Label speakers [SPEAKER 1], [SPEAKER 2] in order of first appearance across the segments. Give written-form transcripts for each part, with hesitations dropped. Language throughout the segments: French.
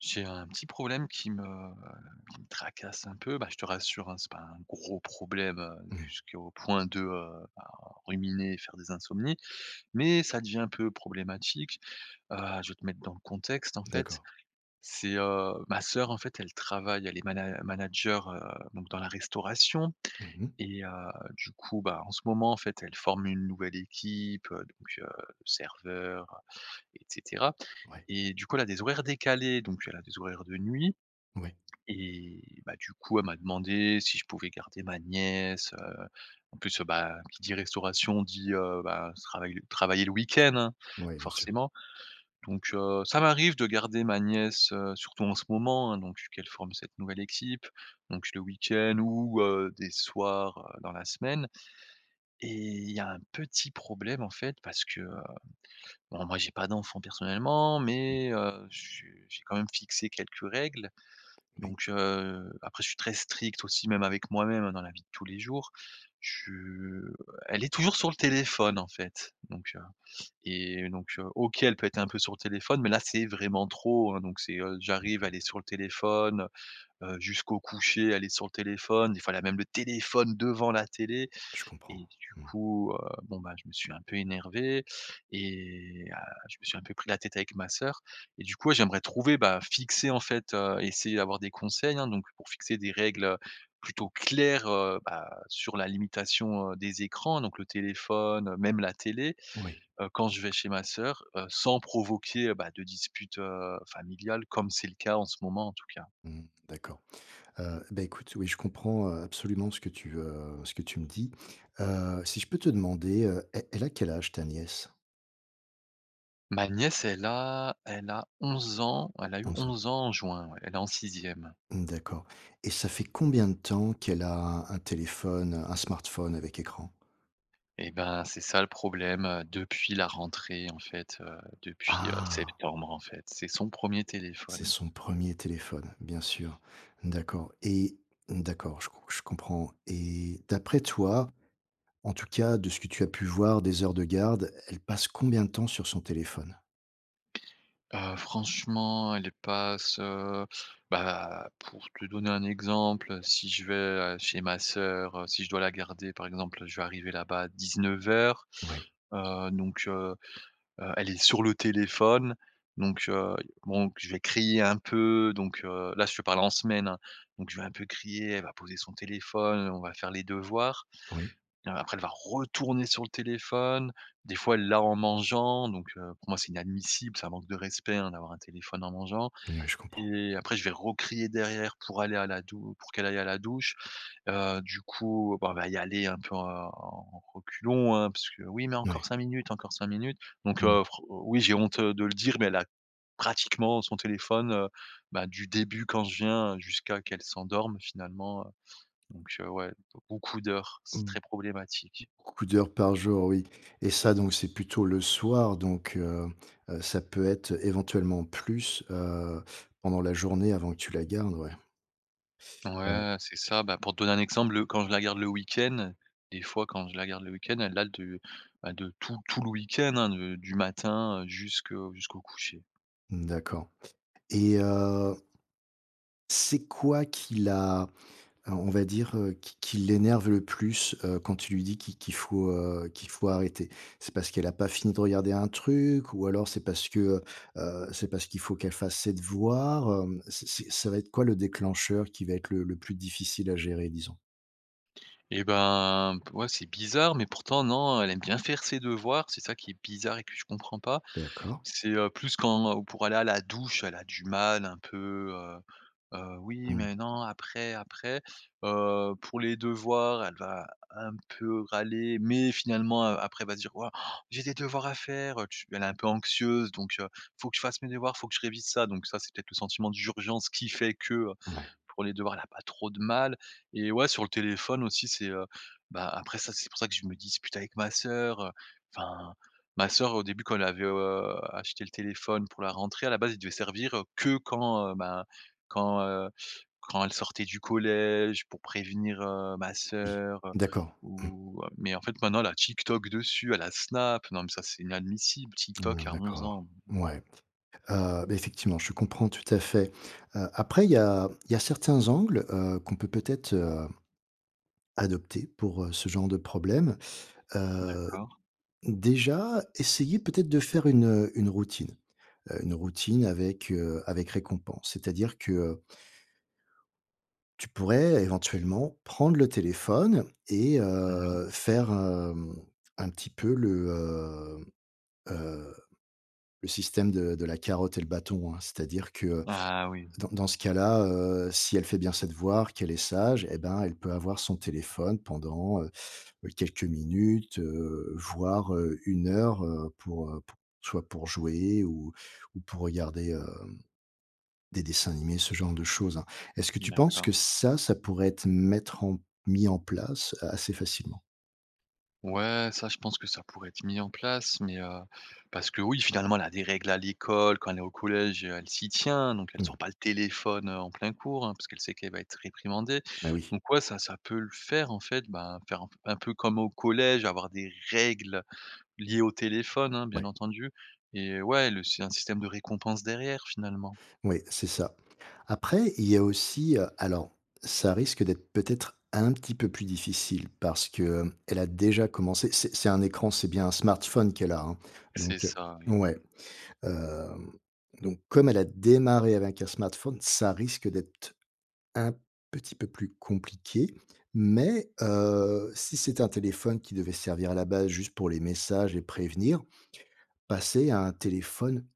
[SPEAKER 1] J'ai un petit problème qui me tracasse un peu. Bah, je te rassure, hein, c'est pas un gros problème,
[SPEAKER 2] Mmh.
[SPEAKER 1] jusqu'au point de, bah, ruminer et faire des insomnies, mais ça devient un peu problématique. Heu, je vais te mettre dans le contexte, en fait.
[SPEAKER 2] D'accord.
[SPEAKER 1] C'est, ma sœur, en fait, elle travaille, elle est manager, donc dans la restauration
[SPEAKER 2] Mmh mh.
[SPEAKER 1] et du coup, bah, en ce moment, en fait, elle forme une nouvelle équipe, donc serveur et cetera
[SPEAKER 2] Oui,
[SPEAKER 1] et du coup, elle a des horaires décalés, donc elle a des horaires de nuit
[SPEAKER 2] oui,
[SPEAKER 1] et bah, du coup, elle m'a demandé si je pouvais garder ma nièce, en plus, bah, qui dit restauration dit, bah, se travailler le week-end, hein,
[SPEAKER 2] oui, bien sûr.
[SPEAKER 1] forcément. Donc ça m'arrive de garder ma nièce, surtout en ce moment, hein, donc qu'elle forme cette nouvelle équipe, donc le week-end ou des soirs, dans la semaine et il y a un petit problème, en fait, parce que, bon, moi, j'ai pas d'enfant personnellement,
[SPEAKER 2] Mmh,
[SPEAKER 1] mais je j'ai quand même fixé quelques règles.
[SPEAKER 2] oui,
[SPEAKER 1] Donc, après je suis très strict aussi, même avec moi-même dans la vie de tous les jours. Je Elle est toujours sur le téléphone, en fait, donc, et donc, OK, elle peut être un peu sur le téléphone, mais là, c'est vraiment trop, hein, donc j'arrive, elle est sur le téléphone, jusqu'au coucher, elle est sur le téléphone. Des fois, elle a même le téléphone devant la télé.
[SPEAKER 2] je comprends.
[SPEAKER 1] Et du
[SPEAKER 2] Mmh.
[SPEAKER 1] coup, bon, bah, je me suis un peu énervé et je me suis un peu pris la tête avec ma sœur et du coup, ouais, j'aimerais trouver, bah, fixer en fait, essayer d'avoir des conseils, hein, donc pour fixer des règles, plutôt claires, bah, sur la limitation, des écrans, donc le téléphone, même la télé,
[SPEAKER 2] Oui,
[SPEAKER 1] quand je vais chez ma sœur, sans provoquer, bah, de disputes, familiales comme c'est le cas en ce moment, en tout cas.
[SPEAKER 2] mmh, d'accord. Bah, écoute, oui, je comprends, absolument ce que ce que tu me dis. Si je peux te demander, elle a quel âge ta nièce?
[SPEAKER 1] Ma nièce, elle a 11 ans, elle a eu
[SPEAKER 2] 11 ans.
[SPEAKER 1] 11 ans en juin, ouais, elle est en sixième.
[SPEAKER 2] Mmh, d'accord. Et ça fait combien de temps qu'elle a un téléphone, un smartphone avec écran?
[SPEAKER 1] Et ben, c'est ça le problème, depuis la rentrée en fait, depuis,
[SPEAKER 2] Ah!
[SPEAKER 1] septembre en fait. C'est son premier
[SPEAKER 2] C'est
[SPEAKER 1] téléphone.
[SPEAKER 2] son premier téléphone, bien sûr. D'accord. Et d'accord, je comprends. Et d'après toi, en tout cas, de ce que tu as pu voir des heures de garde, elle passe combien de temps sur son téléphone?
[SPEAKER 1] Franchement, elle passe, bah, pour te donner un exemple, si je vais, chez ma sœur, si je dois la garder par exemple, je vais arriver là-bas à 19:00,
[SPEAKER 2] Oui,
[SPEAKER 1] heu, donc heu elle est sur le téléphone, donc bon, je vais crier un peu, donc là je te parle en semaine, hein, donc je vais un peu crier, elle va poser son téléphone, on va faire les devoirs.
[SPEAKER 2] oui,
[SPEAKER 1] Après, elle va retourner sur le téléphone. Des fois, elle l'a en mangeant, donc pour moi, c'est inadmissible, c'est un manque de respect, hein, d'avoir un téléphone en mangeant
[SPEAKER 2] ouais, je comprends.
[SPEAKER 1] et après, je vais recrier derrière pour aller à la dou pour qu'elle aille à la douche. Du coup, bah, on va y aller un peu en reculons, hein, parce que: «Oui, mais
[SPEAKER 2] Oui.
[SPEAKER 1] encore 5 minutes, encore 5 minutes». Donc fr oui, j'ai honte, de le dire, mais elle a pratiquement son téléphone, bah, du début quand je viens jusqu'à qu'elle s'endorme finalement, donc ouais, beaucoup d'heures, c'est
[SPEAKER 2] Mmh.
[SPEAKER 1] très problématique.
[SPEAKER 2] Beaucoup d'heures par jour, oui. Et ça, donc c'est plutôt le soir, ça peut être éventuellement plus, pendant la journée avant que tu la gardes, ouais. Ouais.
[SPEAKER 1] Ouais, c'est ça. Bah, pour te donner un exemple, le quand je la garde le week-end, des fois, quand je la garde le week-end, elle a de bah, de tout tout le week-end, hein, de du matin, jusqu'au coucher.
[SPEAKER 2] D'accord. Et c'est quoi qui la… Alors, on va dire, qui l'énerve le plus, quand tu lui dis qu'il faut, qu'il faut arrêter? C'est parce qu'elle a pas fini de regarder un truc, ou alors c'est c'est parce qu'il faut qu'elle fasse ses devoirs, hem? C'est Ça va être quoi le déclencheur qui va être le plus difficile à gérer, disons?
[SPEAKER 1] Et ben, p ouais, c'est bizarre, mais pourtant non, elle aime bien faire ses devoirs. C'est ça qui est bizarre et que je comprends pas.
[SPEAKER 2] D'accord.
[SPEAKER 1] C'est, plus quand, pour aller à la douche, elle a du mal un peu, «Oui,
[SPEAKER 2] Mmh.
[SPEAKER 1] mais non, après, après». Pour les devoirs, elle va un peu râler, mais finalement, après, elle va se dire: «Waouh, j'ai des devoirs à faire», tu elle est un peu anxieuse, donc: «Faut que je fasse mes devoirs, faut que je révise ça», donc ça, c'est peut-être le sentiment d'urgence qui fait que,
[SPEAKER 2] Ouais.
[SPEAKER 1] pour les devoirs, elle a pas trop de mal et ouais, sur le téléphone aussi, bah, après ça, c'est pour ça que je me dispute avec ma sœur, enfin, ma sœur, au début, quand elle avait, acheté le téléphone pour la rentrée, à la base, il devait servir, que quand, ben, quand, quand elle sortait du collège pour prévenir, ma
[SPEAKER 2] Oui.
[SPEAKER 1] sœur,
[SPEAKER 2] D'accord.
[SPEAKER 1] ou mais en fait, maintenant, elle a TikTok dessus, elle a Snap. Non, mais ça, c'est inadmissible, TikTok
[SPEAKER 2] Mmh,
[SPEAKER 1] à 11
[SPEAKER 2] d'accord.
[SPEAKER 1] ans.
[SPEAKER 2] Ouais. Beh, effectivement, je comprends tout à fait. Après, il y a certains angles, qu'on peut peut-être adopter pour, ce genre de problème. Heu
[SPEAKER 1] D'accord,
[SPEAKER 2] Déjà, essayez peut-être de faire une routine avec récompense. C'est-à-dire que, tu pourrais éventuellement prendre le téléphone et
[SPEAKER 1] oui.
[SPEAKER 2] faire, hem, un petit peu heu, le système de la carotte et le bâton, hein. C'est-à-dire que,
[SPEAKER 1] Ah oui,
[SPEAKER 2] dans ce cas-là, si elle fait bien ses devoirs, qu'elle est sage, eh ben, elle peut avoir son téléphone pendant, quelques minutes, voire, 1 heure, pour soit pour jouer ou pour regarder, des dessins animés, ce genre de choses, hein. Est-ce que tu penses que
[SPEAKER 1] d'accord.
[SPEAKER 2] ça pourrait être mettre en mis en place assez facilement?
[SPEAKER 1] Ouais, ça, je pense que ça pourrait être mis en place, mais parce que oui, finalement, elle a des règles à l'école, quand elle est au collège, elle s'y tient, donc elle
[SPEAKER 2] Mmh,
[SPEAKER 1] sort pas le téléphone, en plein cours, hein, parce qu'elle sait qu'elle va être réprimandée.
[SPEAKER 2] bah, oui,
[SPEAKER 1] Donc ouais, ça ça peut le faire, en fait, ben, faire un peu comme au collège, avoir des règles liées au téléphone, hein, bien
[SPEAKER 2] ouais.
[SPEAKER 1] entendu et ouais, le c'est un système de récompense derrière, finalement.
[SPEAKER 2] Oui, c'est ça. Après, il y a aussi, alors ça risque d'être peut-être un petit peu plus difficile parce que, hem, elle a déjà commencé. C'est un écran, c'est bien un smartphone qu'elle a, hein,
[SPEAKER 1] C'est
[SPEAKER 2] donc heu,
[SPEAKER 1] ça.
[SPEAKER 2] ouais, hem, donc comme elle a démarré avec un smartphone, ça risque d'être un petit peu plus compliqué. Mais si c'est un téléphone qui devait servir à la base juste pour les messages et prévenir, passer à un téléphone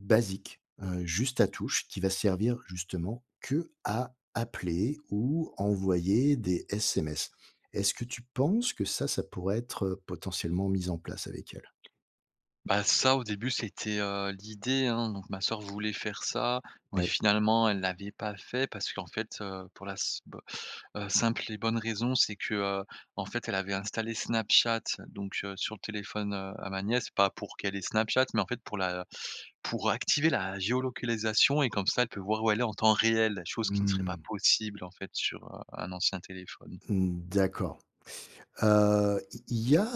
[SPEAKER 2] basique, juste à touche qui va servir justement que à appeler ou envoyer des SMS. Est-ce que tu penses que ça pourrait être, potentiellement mis en place avec elle?
[SPEAKER 1] Bah, ça, au début, c'était, l'idée, hein, donc ma sœur voulait faire ça, mais
[SPEAKER 2] Ouais.
[SPEAKER 1] finalement, elle l'avait pas fait parce qu'en fait, pour la s b simple et bonne raison, c'est que, en fait, elle avait installé Snapchat, donc sur le téléphone, à ma nièce, pas pour qu'elle ait Snapchat, mais en fait pour activer la géolocalisation et comme ça, elle peut voir où elle est en temps réel, chose qui ne serait pas
[SPEAKER 2] Mmh.
[SPEAKER 1] possible, en fait, sur, un ancien téléphone.
[SPEAKER 2] Mmh, d'accord. Heu, il y a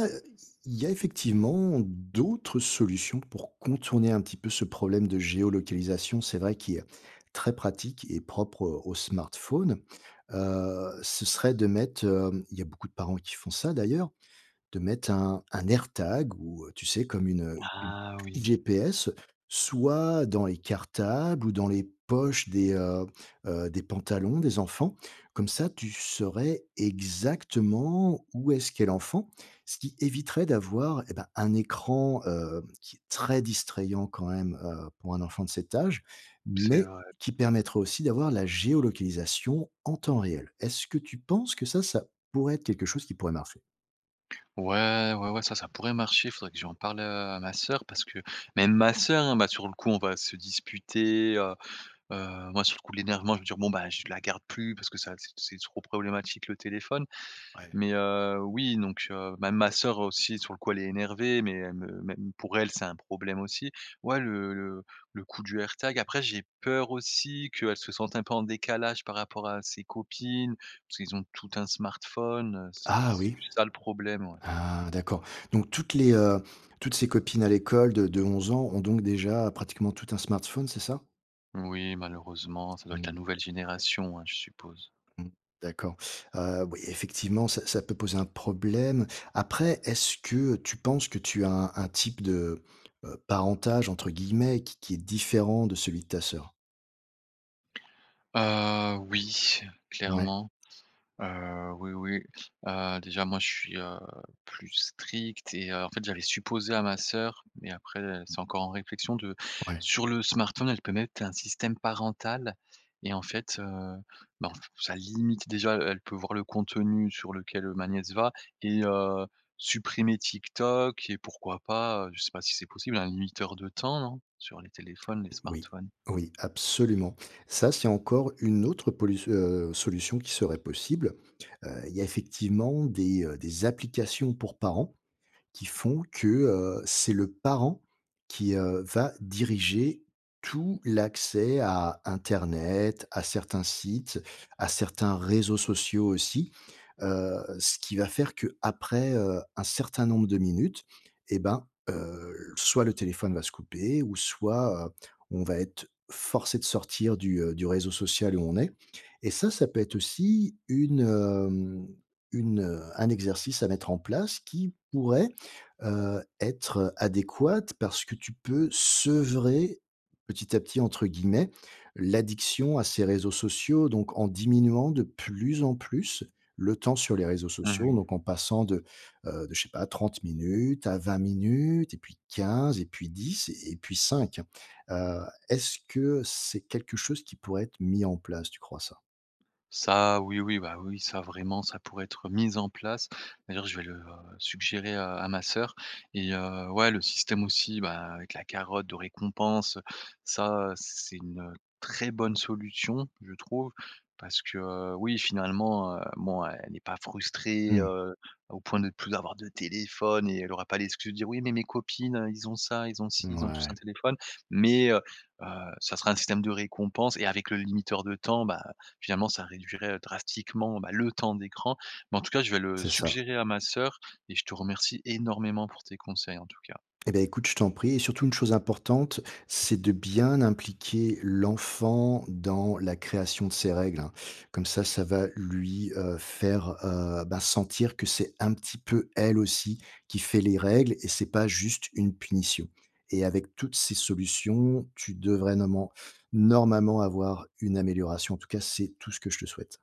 [SPEAKER 2] il y a effectivement d'autres solutions pour contourner un petit peu ce problème de géolocalisation. C'est vrai qu'il est très pratique et propre aux smartphones. Ce serait de mettre, hem, il y a beaucoup de parents qui font ça d'ailleurs, de mettre un AirTag ou, tu sais, comme une puce
[SPEAKER 1] Ah oui,
[SPEAKER 2] GPS, soit dans les cartables ou dans les poches des pantalons des enfants. Comme ça, tu saurais exactement où est-ce qu'est l'enfant, ce qui éviterait d'avoir, eh ben, un écran, qui est très distrayant quand même, pour un enfant de cet âge,
[SPEAKER 1] c'est
[SPEAKER 2] mais
[SPEAKER 1] vrai.
[SPEAKER 2] qui permettrait aussi d'avoir la géolocalisation en temps réel. Est-ce que tu penses que ça pourrait être quelque chose qui pourrait marcher?
[SPEAKER 1] Ouais, ouais, ouais, ça pourrait marcher. Faudrait que j'en parle, à ma sœur parce que même ma sœur, hein, bah, sur le coup, on va se disputer, moi, sur le coup de l'énervement, je vais dire: «Bon, bah, je la garde plus parce que ça c'est trop problématique le téléphone».
[SPEAKER 2] Ouais.
[SPEAKER 1] Mais oui, donc même ma sœur aussi, sur le coup, elle est énervée, mais elle me même pour elle, c'est un problème aussi. Ouais, le coup du AirTag, après j'ai peur aussi qu'elle se sente un peu en décalage par rapport à ses copines, parce qu'ils ont tout un smartphone,
[SPEAKER 2] Ah
[SPEAKER 1] c'est
[SPEAKER 2] oui,
[SPEAKER 1] juste ça le problème, ouais.
[SPEAKER 2] ah d'accord. Donc toutes toutes ces copines à l'école de 11 ans ont donc déjà pratiquement toutes un smartphone, c'est ça?
[SPEAKER 1] Oui, malheureusement, ça doit être la
[SPEAKER 2] Mmh
[SPEAKER 1] nouvelle génération, hein, je suppose.
[SPEAKER 2] mh. D'accord. Oui, effectivement, ça ça peut poser un problème. Après, est-ce que tu penses que tu as un type de, «parentage» entre guillemets qui est différent de celui de ta sœur?
[SPEAKER 1] Oui,
[SPEAKER 2] Ouais,
[SPEAKER 1] clairement. Oui, oui. Déjà moi je suis, plus strict et en fait j'avais supposé à ma sœur, mais après, c'est encore en réflexion de
[SPEAKER 2] ouais.
[SPEAKER 1] sur le smartphone, elle peut mettre un système parental et en fait, bah, ça limite déjà, elle peut voir le contenu sur lequel, ma nièce va et supprimer TikTok et pourquoi pas, je sais pas si c'est possible, un limiteur de temps, non? Sur les téléphones, les
[SPEAKER 2] Oui,
[SPEAKER 1] smartphones?
[SPEAKER 2] oui, absolument. Ça, c'est encore une autre solution qui serait possible. Il y a effectivement des applications pour parents qui font que, c'est le parent qui, va diriger tout l'accès à internet, à certains sites, à certains réseaux sociaux aussi, ce qui va faire qu'après, un certain nombre de minutes, et ben, soit le téléphone va se couper ou soit, on va être forcé de sortir du réseau social où on est, et ça peut être aussi une, hem, une, un exercice à mettre en place qui pourrait être adéquate, parce que tu peux sevrer «petit à petit» entre guillemets, l'addiction à ces réseaux sociaux, donc en diminuant de plus en plus le temps sur les réseaux sociaux,
[SPEAKER 1] Mmh.
[SPEAKER 2] donc en passant de je sais pas 30 minutes à 20 minutes et puis 15 et puis 10 et puis 5. Heu, est-ce que c'est quelque chose qui pourrait être mis en place, tu crois ça?
[SPEAKER 1] Ça, oui, oui, bah, oui, ça vraiment, ça pourrait être mis en place. D'ailleurs, je vais le, suggérer à ma sœur et ouais, le système aussi, bah, avec la carotte de récompense, ça, c'est une, très bonne solution, je trouve. Parce que, oui, finalement, bon, elle n'est pas frustrée,
[SPEAKER 2] Mmh,
[SPEAKER 1] au point de ne plus avoir de téléphone et elle aura pas l'excuse de dire: «Oui, mais mes copines, ils ont ça, ils ont ci, ils ont tous un
[SPEAKER 2] mouais,
[SPEAKER 1] téléphone». Mais heu, ça sera un système de récompense et avec le limiteur de temps, bah, finalement, ça réduirait, drastiquement, bah, le temps d'écran. Mais en tout cas, je vais le
[SPEAKER 2] c'est ça.
[SPEAKER 1] suggérer à ma sœur et je te remercie énormément pour tes conseils, en tout cas.
[SPEAKER 2] Eh beh, écoute, je t'en prie. Et surtout une chose importante, c'est de bien impliquer l'enfant dans la création de ses règles, hein. Comme ça va lui, faire, ben, sentir que c'est un petit peu elle aussi qui fait les règles et c'est pas juste une punition, et avec toutes ces solutions, tu devrais normalement avoir une amélioration. En tout cas, c'est tout ce que je te souhaite.